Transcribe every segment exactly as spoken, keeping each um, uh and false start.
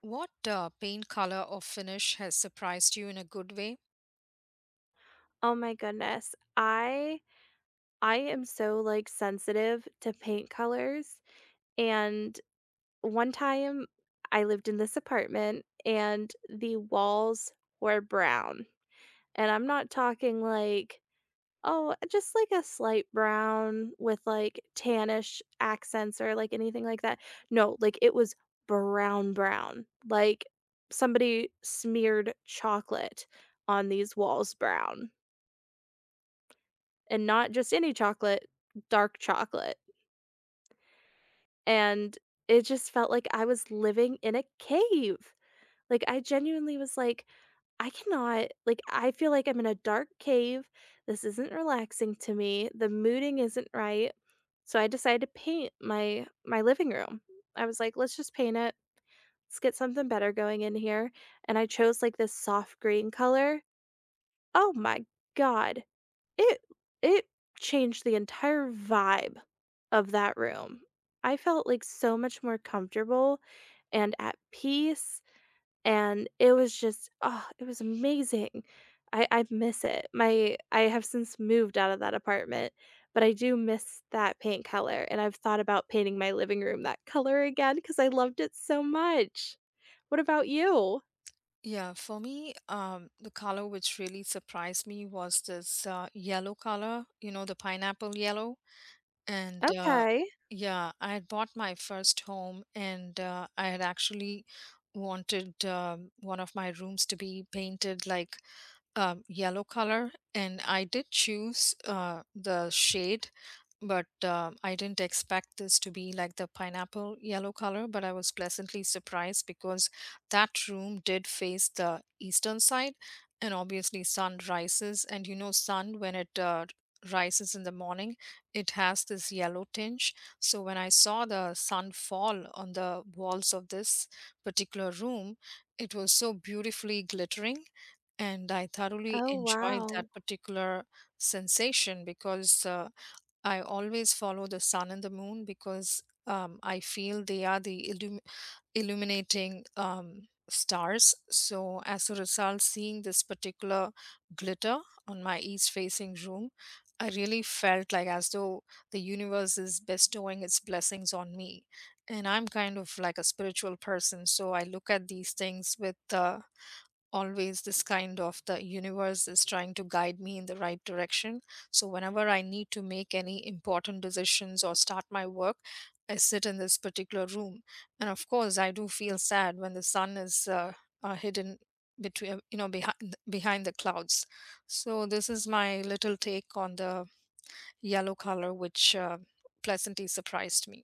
What uh, paint color or finish has surprised you in a good way? Oh my goodness. I I am so like sensitive to paint colors, and one time I lived in this apartment and the walls were brown. And I'm not talking like oh, just like a slight brown with like tannish accents or like anything like that. No, like it was brown brown. Like somebody smeared chocolate on these walls brown. And not just any chocolate, dark chocolate. And it just felt like I was living in a cave. Like, I genuinely was like, I cannot, like, I feel like I'm in a dark cave. This isn't relaxing to me. The mooding isn't right. So I decided to paint my my living room. I was like, let's just paint it. Let's get something better going in here. And I chose like this soft green color. Oh my god. It it changed the entire vibe of that room. I felt, like, so much more comfortable and at peace, and it was just oh, it was amazing. I I miss it. My I have since moved out of that apartment, but I do miss that paint color, and I've thought about painting my living room that color again because I loved it so much. What about you? Yeah, for me, um, the color which really surprised me was this uh, yellow color, you know, the pineapple yellow. And uh, Okay. yeah, I had bought my first home and uh, I had actually wanted um, one of my rooms to be painted like um, yellow color, and I did choose uh, the shade, but uh, I didn't expect this to be like the pineapple yellow color, but I was pleasantly surprised because that room did face the eastern side. And obviously sun rises, and you know, sun when it uh, rises in the morning, it has this yellow tinge. So when I saw the sun fall on the walls of this particular room, it was so beautifully glittering, and I thoroughly Oh, enjoyed that wow. particular sensation because uh, I always follow the sun and the moon because um, I feel they are the illum- illuminating um, stars. So, as a result, seeing this particular glitter on my east facing room, I really felt like as though the universe is bestowing its blessings on me. And I'm kind of like a spiritual person, so I look at these things with uh, always this kind of the universe is trying to guide me in the right direction. So whenever I need to make any important decisions or start my work, I sit in this particular room. And of course, I do feel sad when the sun is uh, uh, hidden between, you know, behind behind the clouds. So this is my little take on the yellow color, which uh, pleasantly surprised me.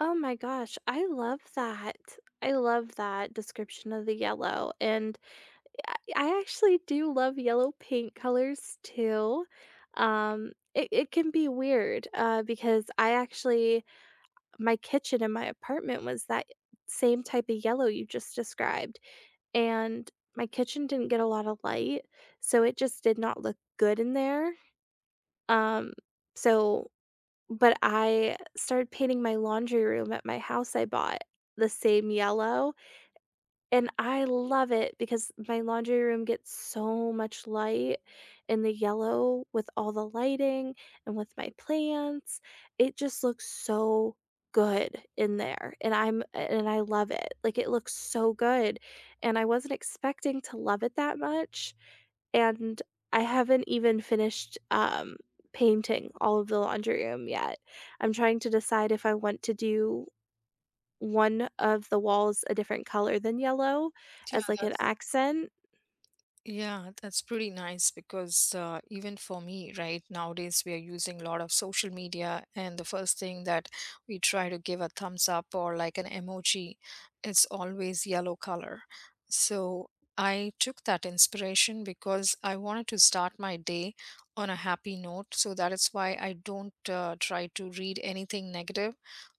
Oh my gosh, I love that. I love that description of the yellow, and I I actually do love yellow paint colors too. Um, it, it can be weird uh, because I actually, my kitchen in my apartment was that same type of yellow you just described, and my kitchen didn't get a lot of light, so it just did not look good in there. Um, so but I started painting my laundry room at my house I bought the same yellow, and I love it because my laundry room gets so much light, and the yellow with all the lighting and with my plants, it just looks so good in there, and I'm and I love it. Like, it looks so good, and I wasn't expecting to love it that much, and I haven't even finished, um, painting all of the laundry room yet. I'm trying to decide if I want to do one of the walls a different color than yellow Yeah, as, like, an that's accent. Yeah, that's pretty nice because uh, even for me, right, nowadays we are using a lot of social media, and the first thing that we try to give a thumbs up or like an emoji, it's always yellow color. So I took that inspiration because I wanted to start my day on a happy note. So that is why I don't uh, try to read anything negative,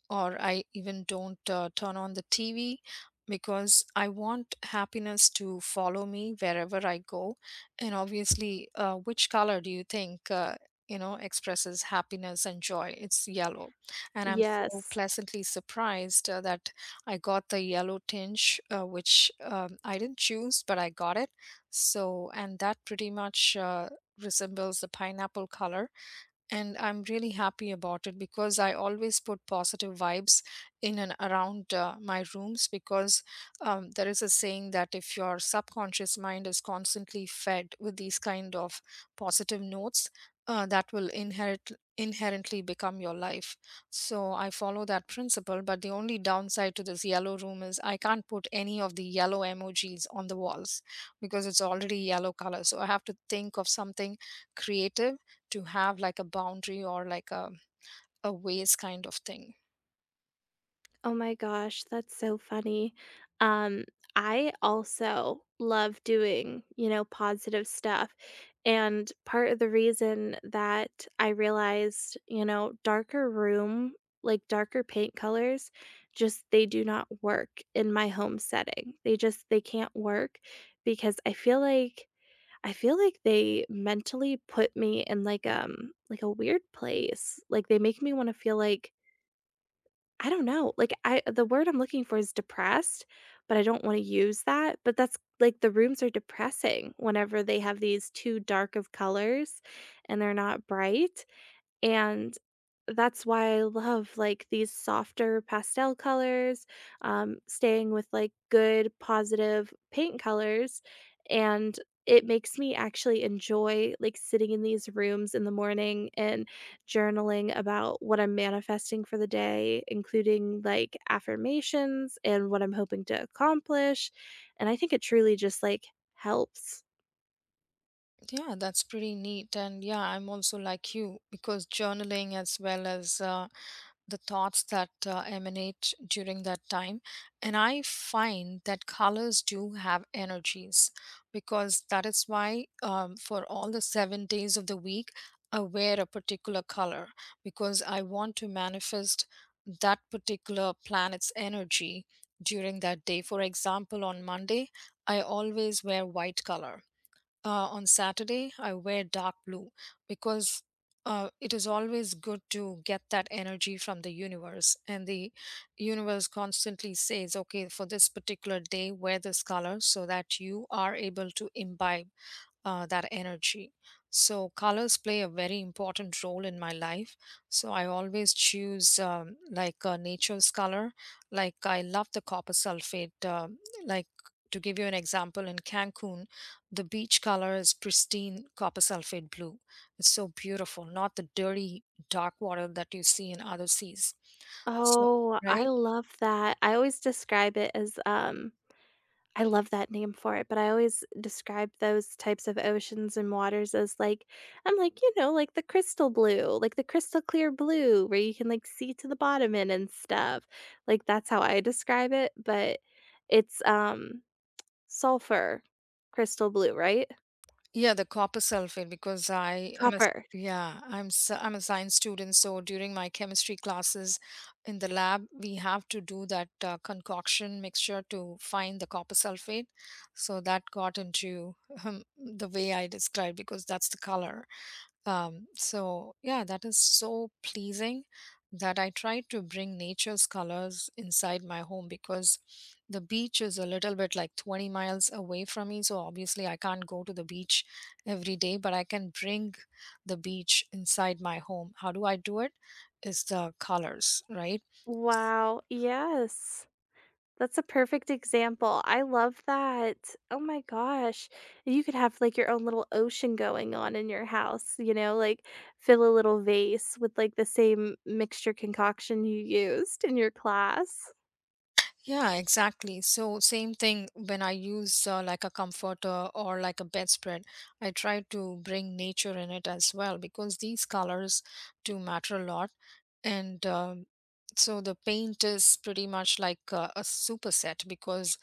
or I even don't uh, turn on the T V because I want happiness to follow me wherever I go. And obviously, uh, which color do you think Uh, you know expresses happiness and joy? It's yellow, and I'm so Yes. pleasantly surprised uh, that I got the yellow tinge, uh, which um, I didn't choose, but I got it. So and that pretty much uh, resembles the pineapple color, and I'm really happy about it because I always put positive vibes in and around uh, my rooms because um, there is a saying that if your subconscious mind is constantly fed with these kind of positive notes, uh, that will inherit inherently become your life. So I follow that principle, but the only downside to this yellow room is I can't put any of the yellow emojis on the walls because it's already yellow color. So I have to think of something creative to have like a boundary or like a, a ways kind of thing. Oh my gosh, that's so funny. Um, I also love doing, you know, positive stuff. And part of the reason that I realized, you know, darker room, like darker paint colors, just they do not work in my home setting. They just they can't work because I feel like I feel like they mentally put me in like um like a weird place. Like they make me want to feel like I don't know, like, I the word I'm looking for is depressed, but I don't wanna use that, but that's like, the rooms are depressing whenever they have these too dark of colors and they're not bright, and that's why I love, like, these softer pastel colors, um, staying with, like, good positive paint colors, and it makes me actually enjoy, like, sitting in these rooms in the morning and journaling about what I'm manifesting for the day, including, like, affirmations and what I'm hoping to accomplish, and I think it truly just, like, helps. Yeah, that's pretty neat. And yeah, I'm also like you because journaling as well as uh, the thoughts that uh, emanate during that time. And I find that colors do have energies because that is why, um, for all the seven days of the week, I wear a particular color because I want to manifest that particular planet's energy during that day. For example, on Monday, I always wear white color. Uh, on Saturday, I wear dark blue because uh, it is always good to get that energy from the universe. And the universe constantly says, okay, for this particular day, wear this color so that you are able to imbibe uh, that energy. So, colors play a very important role in my life. So, I always choose um, like uh, nature's color. Like, I love the copper sulfate. Uh, like, to give you an example, in Cancun, the beach color is pristine copper sulfate blue. It's so beautiful, not the dirty, dark water that you see in other seas. So, Oh, I right? love that. I always describe it as, um I love that name for it, but I always describe those types of oceans and waters as like I'm like, you know, like the crystal blue, like the crystal clear blue where you can like see to the bottom in and stuff. Like that's how I describe it, but it's um sulfur crystal blue, right? Yeah, the copper sulfate because I am a s- Copper. yeah, I'm s- I'm a science student, so during my chemistry classes in the lab, we have to do that uh, concoction mixture to find the copper sulfate. So that got into um, the way I described because that's the color. Um, so yeah, that is so pleasing that I try to bring nature's colors inside my home because the beach is a little bit like twenty miles away from me. So obviously I can't go to the beach every day, but I can bring the beach inside my home. How do I do it? Is the colors, right? Wow. Yes. That's a perfect example. I love that. Oh my gosh. You could have like your own little ocean going on in your house, you know, like fill a little vase with like the same mixture concoction you used in your class. Yeah, exactly. So same thing when I use uh, like a comforter or like a bedspread, I try to bring nature in it as well because these colors do matter a lot. And um, so the paint is pretty much like a, a superset because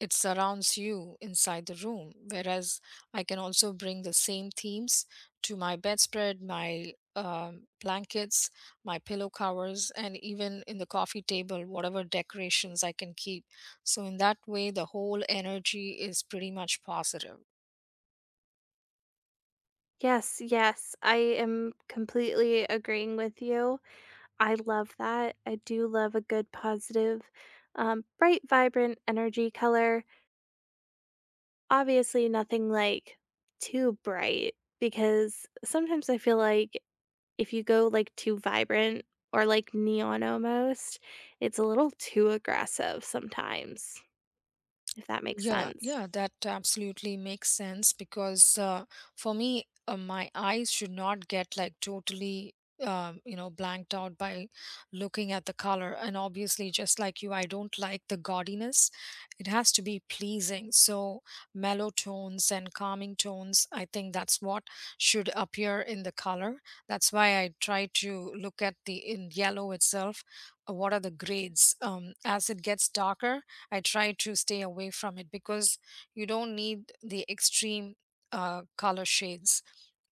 it surrounds you inside the room. Whereas I can also bring the same themes to my bedspread, my um, blankets, my pillow covers, and even in the coffee table, whatever decorations I can keep. So, in that way, the whole energy is pretty much positive. Yes, yes. I am completely agreeing with you. I love that. I do love a good positive, um, bright, vibrant energy color. Obviously, nothing like too bright because sometimes I feel like if you go, like, too vibrant or, like, neon almost, it's a little too aggressive sometimes, if that makes Yeah, sense. yeah, that absolutely makes sense because uh, for me, uh, my eyes should not get like totally, um, you know, blanked out by looking at the color. And obviously, just like you, I don't like the gaudiness. It has to be pleasing. So, mellow tones and calming tones, I think that's what should appear in the color. That's why I try to look at the in yellow itself. uh, What are the grades? Um, as it gets darker, I try to stay away from it because you don't need the extreme uh, color shades.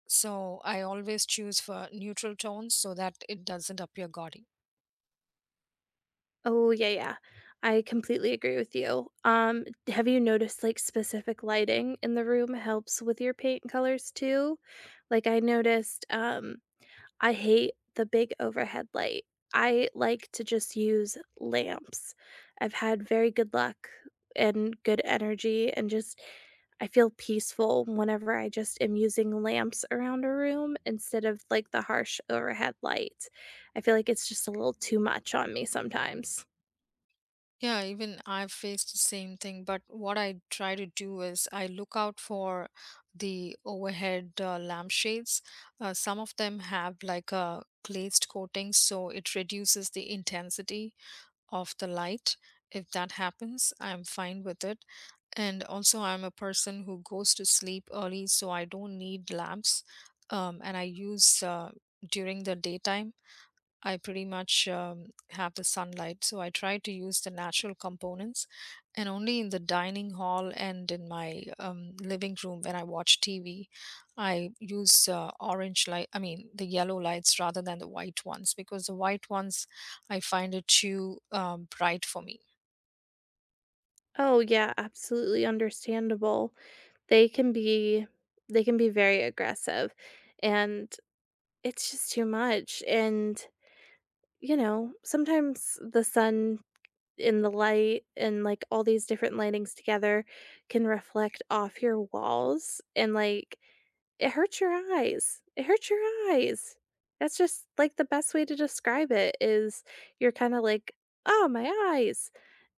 So I always choose for neutral tones so that it doesn't appear gaudy. Oh, yeah, yeah. I completely agree with you. Um, have you noticed, like, specific lighting in the room helps with your paint colors too? Like, I noticed, um I hate the big overhead light. I like to just use lamps. I've had very good luck and good energy and just I feel peaceful whenever I just am using lamps around a room instead of, like, the harsh overhead light. I feel like it's just a little too much on me sometimes. Yeah, even I've faced the same thing, but what I try to do is I look out for the overhead uh, lampshades. Uh, some of them have like a glazed coating, so it reduces the intensity of the light. If that happens, I'm fine with it. And also, I'm a person who goes to sleep early, so I don't need lamps. Um, and I use uh, during the daytime I pretty much um, have the sunlight, so I try to use the natural components, and only in the dining hall and in my um, living room when I watch T V, I use uh, orange light. I mean the yellow lights rather than the white ones because the white ones I find it too um, bright for me. Oh, yeah, absolutely understandable. They can be they can be very aggressive, and it's just too much, and you know, sometimes the sun and the light and like all these different lightings together can reflect off your walls and like it hurts your eyes. It hurts your eyes. That's just like the best way to describe it is you're kind of like, oh, my eyes.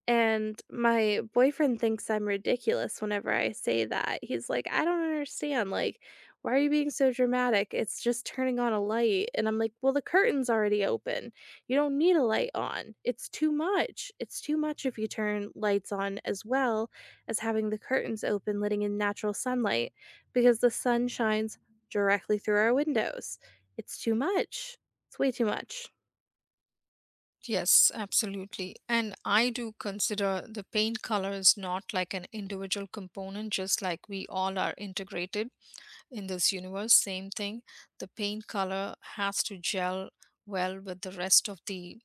And my boyfriend thinks I'm ridiculous whenever I say that. He's like, "I don't understand, like, why are you being so dramatic? It's just turning on a light." And I'm like, "Well, the curtain's already open. You don't need a light on. It's too much. It's too much if you turn lights on as well as having the curtains open, letting in natural sunlight because the sun shines directly through our windows. It's too much. It's way too much." Yes, absolutely. And I do consider the paint colors not like an individual component, just like we all are integrated in this universe. Same thing, the paint color has to gel well with the rest of the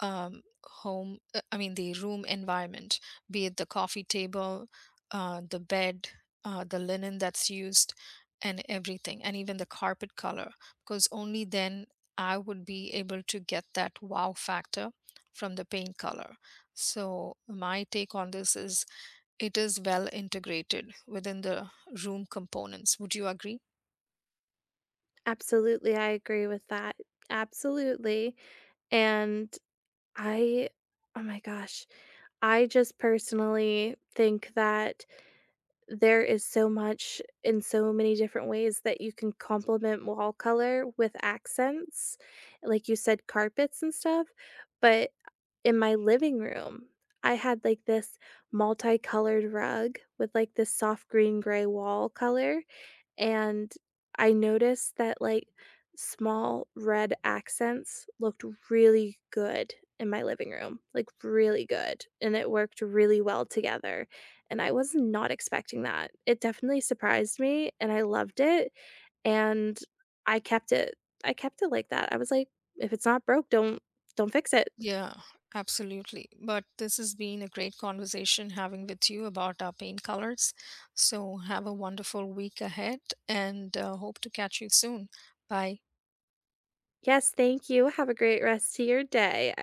um, home, uh, I mean the room environment, be it the coffee table, uh, the bed, uh, the linen that's used and everything, and even the carpet color, because only then I would be able to get that wow factor from the paint color. So my take on this is it is well integrated within the room components. Would you agree? Absolutely, I agree with that. Absolutely. And I oh my gosh, I just personally think that there is so much in so many different ways that you can complement wall color with accents, like you said, carpets and stuff, but in my living room, I had, like, this multicolored rug with, like, this soft green-gray wall color, and I noticed that, like, small red accents looked really good in my living room, like, really good, and it worked really well together, and I was not expecting that. It definitely surprised me, and I loved it, and I kept it I kept it like that. I was like, "If it's not broke, don't don't fix it." Yeah, absolutely. But this has been a great conversation having with you about our paint colors. So have a wonderful week ahead, and uh, hope to catch you soon. Bye. Yes, thank you. Have a great rest to your day.